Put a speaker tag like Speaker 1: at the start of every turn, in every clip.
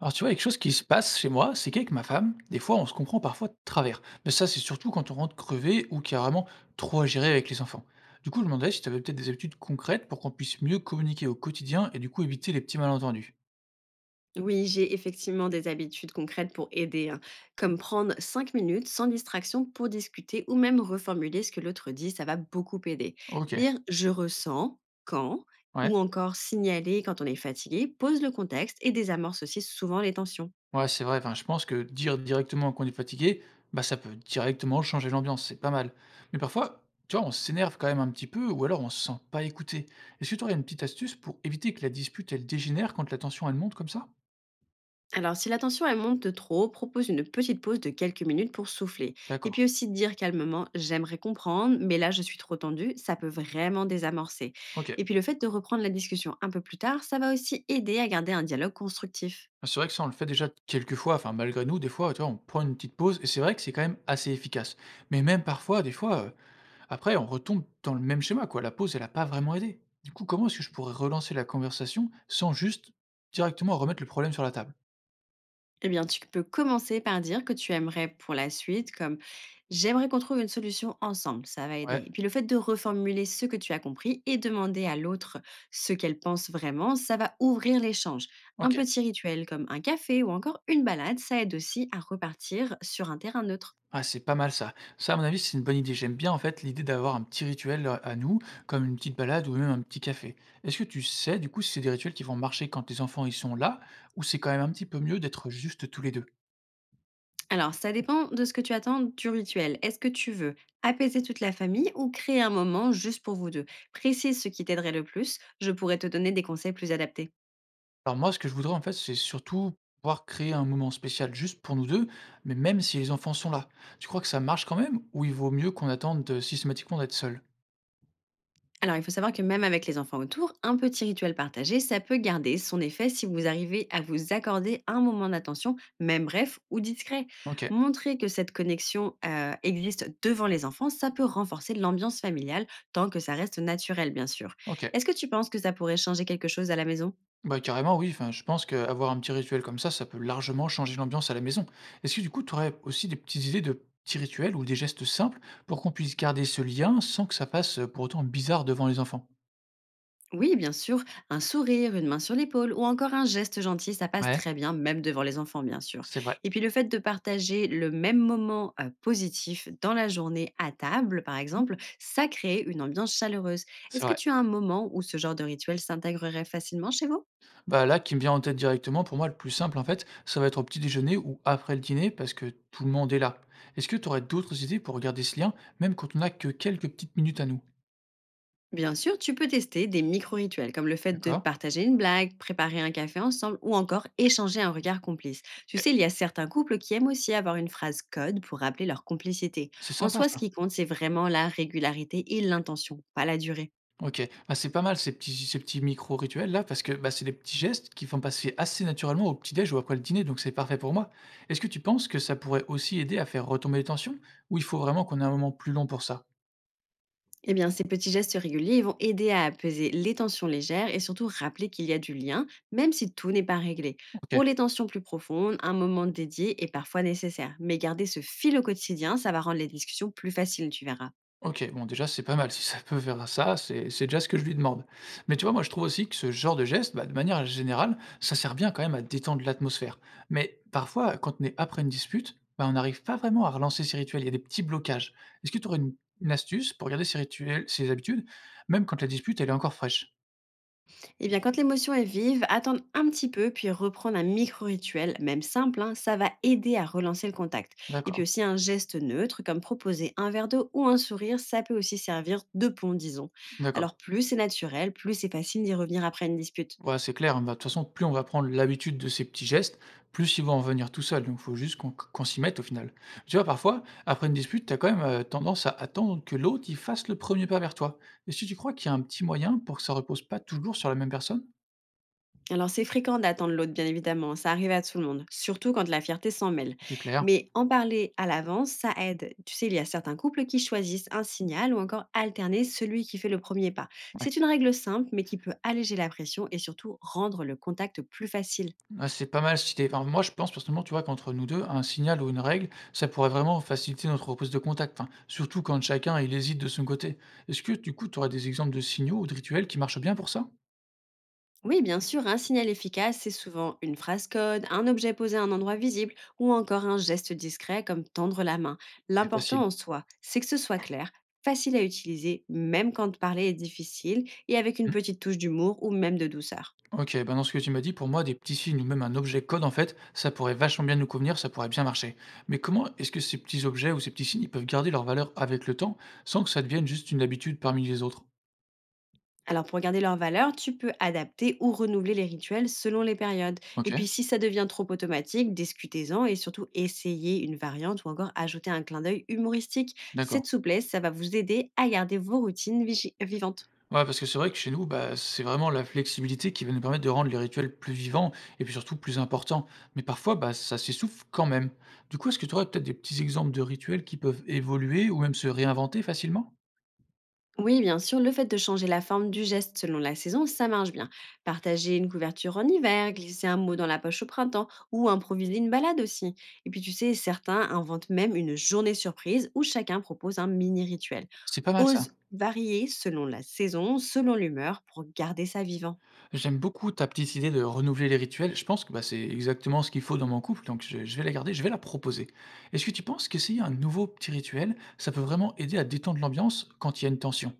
Speaker 1: Alors tu vois, quelque chose qui se passe chez moi, c'est qu'avec ma femme, des fois on se comprend parfois de travers. Mais ça, c'est surtout quand on rentre crevé ou qu'il y a vraiment trop à gérer avec les enfants. Du coup, je me demandais si tu avais peut-être des habitudes concrètes pour qu'on puisse mieux communiquer au quotidien et du coup éviter les petits malentendus.
Speaker 2: Oui, j'ai effectivement des habitudes concrètes pour aider, hein, comme prendre 5 minutes sans distraction pour discuter ou même reformuler ce que l'autre dit, ça va beaucoup aider.
Speaker 1: Ok,
Speaker 2: Dire je ressens quand
Speaker 1: ouais.
Speaker 2: ou encore signaler quand on est fatigué pose le contexte et désamorce aussi souvent les tensions.
Speaker 1: Ouais, c'est vrai, enfin, je pense que dire directement qu'on est fatigué, bah ça peut directement changer l'ambiance, c'est pas mal. Mais parfois, tu vois, on s'énerve quand même un petit peu ou alors on se sent pas écouté. Est-ce que tu aurais une petite astuce pour éviter que la dispute, elle dégénère quand la tension, elle monte comme ça?
Speaker 2: Alors, si la tension elle monte de trop propose une petite pause de quelques minutes pour souffler. Et
Speaker 1: D'accord,
Speaker 2: puis aussi dire calmement j'aimerais comprendre, mais là je suis trop tendue, ça peut vraiment désamorcer.
Speaker 1: ok.
Speaker 2: Et puis le fait de reprendre la discussion un peu plus tard, ça va aussi aider à garder un dialogue constructif.
Speaker 1: Ah, c'est vrai que ça, on le fait déjà quelques fois, enfin malgré nous, des fois, tu vois, on prend une petite pause et c'est vrai que c'est quand même assez efficace. Mais même parfois, des fois, après, on retombe dans le même schéma, quoi. La pause, elle a pas vraiment aidé. Du coup, comment est-ce que je pourrais relancer la conversation sans juste directement remettre le problème sur la table?
Speaker 2: Eh bien, tu peux commencer par dire que tu aimerais pour la suite, comme j'aimerais qu'on trouve une solution ensemble, ça va
Speaker 1: Ouais,
Speaker 2: aider. Et puis le fait de reformuler ce que tu as compris et demander à l'autre ce qu'elle pense vraiment, ça va ouvrir l'échange. Un
Speaker 1: OK.
Speaker 2: petit rituel comme un café ou encore une balade, ça aide aussi à repartir sur un terrain neutre.
Speaker 1: Ah, c'est pas mal ça. Ça, à mon avis, c'est une bonne idée. J'aime bien, en fait, l'idée d'avoir un petit rituel, à nous, comme une petite balade ou même un petit café. Est-ce que tu sais, du coup, si c'est des rituels qui vont marcher quand tes enfants, ils sont là ou c'est quand même un petit peu mieux d'être juste tous les deux?
Speaker 2: Alors, ça dépend de ce que tu attends du rituel. Est-ce que tu veux apaiser toute la famille ou créer un moment juste pour vous deux? Précise ce qui t'aiderait le plus, je pourrais te donner des conseils plus adaptés.
Speaker 1: Alors moi, ce que je voudrais en fait, c'est surtout pouvoir créer un moment spécial juste pour nous 2. Mais même si les enfants sont là. Tu crois que ça marche quand même ou il vaut mieux qu'on attende, systématiquement d'être seuls?
Speaker 2: Alors, il faut savoir que même avec les enfants autour, un petit rituel partagé, ça peut garder son effet si vous arrivez à vous accorder un moment d'attention, même bref ou discret.
Speaker 1: OK,
Speaker 2: Montrer que cette connexion existe devant les enfants, ça peut renforcer l'ambiance familiale tant que ça reste naturel, bien sûr.
Speaker 1: OK.
Speaker 2: Est-ce que tu penses que ça pourrait changer quelque chose à la maison?
Speaker 1: Bah, carrément oui, enfin, je pense qu'avoir un petit rituel comme ça peut largement changer l'ambiance à la maison. Est-ce que du coup, tu aurais aussi des petites idées de petits rituels ou des gestes simples pour qu'on puisse garder ce lien sans que ça fasse, pour autant bizarre devant les enfants?
Speaker 2: Oui, bien sûr, un sourire, une main sur l'épaule ou encore un geste gentil, ça passe
Speaker 1: Ouais,
Speaker 2: très bien, même devant les enfants, bien sûr.
Speaker 1: c'est vrai.
Speaker 2: Et puis le fait de partager le même moment positif dans la journée à table, par
Speaker 1: Mmh,
Speaker 2: exemple, ça crée une ambiance chaleureuse. Est-ce
Speaker 1: c'est
Speaker 2: que
Speaker 1: vrai.
Speaker 2: tu as un moment où ce genre de rituel s'intégrerait facilement chez vous?
Speaker 1: Bah là, qui me vient en tête directement, pour moi, le plus simple, en fait, ça va être au petit déjeuner ou après le dîner, parce que tout le monde est là. Est-ce que tu aurais d'autres idées pour regarder ce lien, même quand on n'a que quelques petites minutes à nous?
Speaker 2: Bien sûr, tu peux tester des micro-rituels comme le fait de
Speaker 1: D'accord.
Speaker 2: partager une blague, préparer un café ensemble ou encore échanger un regard complice. Tu
Speaker 1: OK.
Speaker 2: sais, il y a certains couples qui aiment aussi avoir une phrase code pour rappeler leur complicité.
Speaker 1: C'est
Speaker 2: En
Speaker 1: sympa
Speaker 2: soi, ce
Speaker 1: ça.
Speaker 2: qui compte, c'est vraiment la régularité et l'intention, pas la durée.
Speaker 1: OK. Bah, c'est pas mal ces petits micro-rituels là, parce que bah, c'est des petits gestes qui font passer assez naturellement au petit déj ou après le dîner, donc c'est parfait pour moi. Est-ce que tu penses que ça pourrait aussi aider à faire retomber les tensions, ou il faut vraiment qu'on ait un moment plus long pour ça?
Speaker 2: Eh bien, ces petits gestes réguliers ils vont aider à apaiser les tensions légères et surtout rappeler qu'il y a du lien, même si tout n'est pas réglé. Pour
Speaker 1: OK.
Speaker 2: les tensions plus profondes, un moment dédié est parfois nécessaire. Mais garder ce fil au quotidien, ça va rendre les discussions plus faciles, tu verras.
Speaker 1: OK, bon déjà c'est pas mal si ça peut vers ça, c'est déjà ce que je lui demande. Mais tu vois, moi je trouve aussi que ce genre de geste, bah, de manière générale, ça sert bien quand même à détendre l'atmosphère. Mais parfois, quand on est après une dispute, bah, on n'arrive pas vraiment à relancer ces rituels, il y a des petits blocages. Est-ce que tu aurais une astuce pour garder ces rituels, ces habitudes, même quand la dispute elle est encore fraîche?
Speaker 2: Eh bien, quand l'émotion est vive, attendre un petit peu, puis reprendre un micro-rituel, même simple, hein, ça va aider à relancer le contact. Et puis
Speaker 1: D'accord,
Speaker 2: aussi un geste neutre, comme proposer un verre d'eau ou un sourire, ça peut aussi servir de pont, disons. Alors
Speaker 1: d'accord.
Speaker 2: plus c'est naturel, plus c'est facile d'y revenir après une dispute.
Speaker 1: Ouais, c'est clair, hein. Bah, de toute façon, plus on va prendre l'habitude de ces petits gestes, plus ils vont en venir tout seuls. Donc, il faut juste qu'on s'y mette au final. Tu vois, parfois, après une dispute, tu as quand même tendance à attendre que l'autre il fasse le premier pas vers toi. Et si tu crois qu'il y a un petit moyen pour que ça repose pas toujours sur la même personne?
Speaker 2: Alors c'est fréquent d'attendre l'autre, bien évidemment, ça arrive à tout le monde, surtout quand la fierté s'en mêle.
Speaker 1: C'est clair.
Speaker 2: Mais en parler à l'avance, ça aide. Tu sais, il y a certains couples qui choisissent un signal ou encore alterner celui qui fait le premier pas.
Speaker 1: Ouais.
Speaker 2: C'est une règle simple, mais qui peut alléger la pression et surtout rendre le contact plus facile.
Speaker 1: Ouais, c'est pas mal si enfin, moi, je pense personnellement, tu vois, qu'entre nous deux, un signal ou une règle, ça pourrait vraiment faciliter notre reprise de contact. Enfin, surtout quand chacun il hésite de son côté. Est-ce que du coup, tu aurais des exemples de signaux ou de rituels qui marchent bien pour ça?
Speaker 2: Oui, bien sûr, un signal efficace, c'est souvent une phrase code, un objet posé à un endroit visible ou encore un geste discret comme tendre la main.
Speaker 1: C'est
Speaker 2: L'important
Speaker 1: facile.
Speaker 2: en soi, c'est que ce soit clair, facile à utiliser, même quand parler est difficile, et avec une petite touche d'humour ou même de douceur.
Speaker 1: Ok, ben dans ce que tu m'as dit, pour moi, des petits signes ou même un objet code, en fait, ça pourrait vachement bien nous convenir, ça pourrait bien marcher. Mais comment est-ce que ces petits objets ou ces petits signes, ils peuvent garder leur valeur avec le temps sans que ça devienne juste une habitude parmi les autres?
Speaker 2: Alors pour garder leur valeur, tu peux adapter ou renouveler les rituels selon les périodes.
Speaker 1: Ok,
Speaker 2: Et puis si ça devient trop automatique, discutez-en et surtout essayez une variante ou encore ajoutez un clin d'œil humoristique. Cette
Speaker 1: d'accord.
Speaker 2: souplesse, ça va vous aider à garder vos routines vivantes.
Speaker 1: Ouais, parce que c'est vrai que chez nous, bah, c'est vraiment la flexibilité qui va nous permettre de rendre les rituels plus vivants et puis surtout plus importants. Mais parfois, bah, ça s'essouffle quand même. Du coup, est-ce que tu aurais peut-être des petits exemples de rituels qui peuvent évoluer ou même se réinventer facilement?
Speaker 2: Oui, bien sûr, le fait de changer la forme du geste selon la saison, ça marche bien. Partager une couverture en hiver, glisser un mot dans la poche au printemps ou improviser une balade aussi. Et puis tu sais, certains inventent même une journée surprise où chacun propose un mini rituel.
Speaker 1: C'est pas mal ça.
Speaker 2: Ose varier selon la saison, selon l'humeur pour garder ça vivant.
Speaker 1: J'aime beaucoup ta petite idée de renouveler les rituels. Je pense que bah, c'est exactement ce qu'il faut dans mon couple, donc je vais la garder, je vais la proposer. Est-ce que tu penses qu'essayer un nouveau petit rituel, ça peut vraiment aider à détendre l'ambiance quand il y a une tension?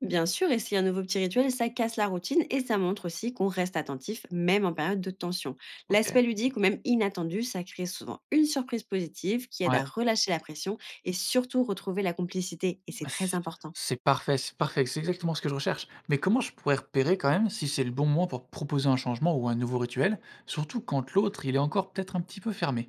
Speaker 2: Bien sûr, essayer un nouveau petit rituel, ça casse la routine et ça montre aussi qu'on reste attentif, même en période de tension.
Speaker 1: Ok,
Speaker 2: L'aspect ludique ou même inattendu, ça crée souvent une surprise positive qui aide à
Speaker 1: ouais,
Speaker 2: relâcher la pression et surtout retrouver la complicité, et c'est très
Speaker 1: c'est
Speaker 2: important.
Speaker 1: c'est parfait, c'est parfait, c'est exactement ce que je recherche. Mais comment je pourrais repérer quand même si c'est le bon moment pour proposer un changement ou un nouveau rituel, surtout quand l'autre, il est encore peut-être un petit peu fermé?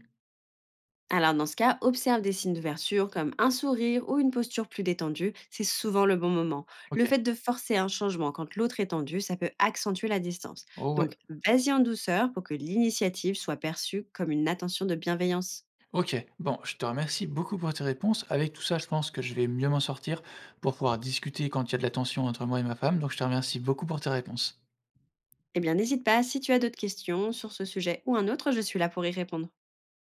Speaker 2: Alors dans ce cas, observe des signes d'ouverture comme un sourire ou une posture plus détendue, c'est souvent le bon moment. Le
Speaker 1: Ok,
Speaker 2: fait de forcer un changement quand l'autre est tendu, ça peut accentuer la distance.
Speaker 1: oh ouais.
Speaker 2: Donc vas-y en douceur pour que l'initiative soit perçue comme une attention de bienveillance.
Speaker 1: Ok, bon, je te remercie beaucoup pour tes réponses. Avec tout ça, je pense que je vais mieux m'en sortir pour pouvoir discuter quand il y a de la tension entre moi et ma femme. Donc, je te remercie beaucoup pour tes réponses.
Speaker 2: Eh bien, n'hésite pas, si tu as d'autres questions sur ce sujet ou un autre, je suis là pour y répondre.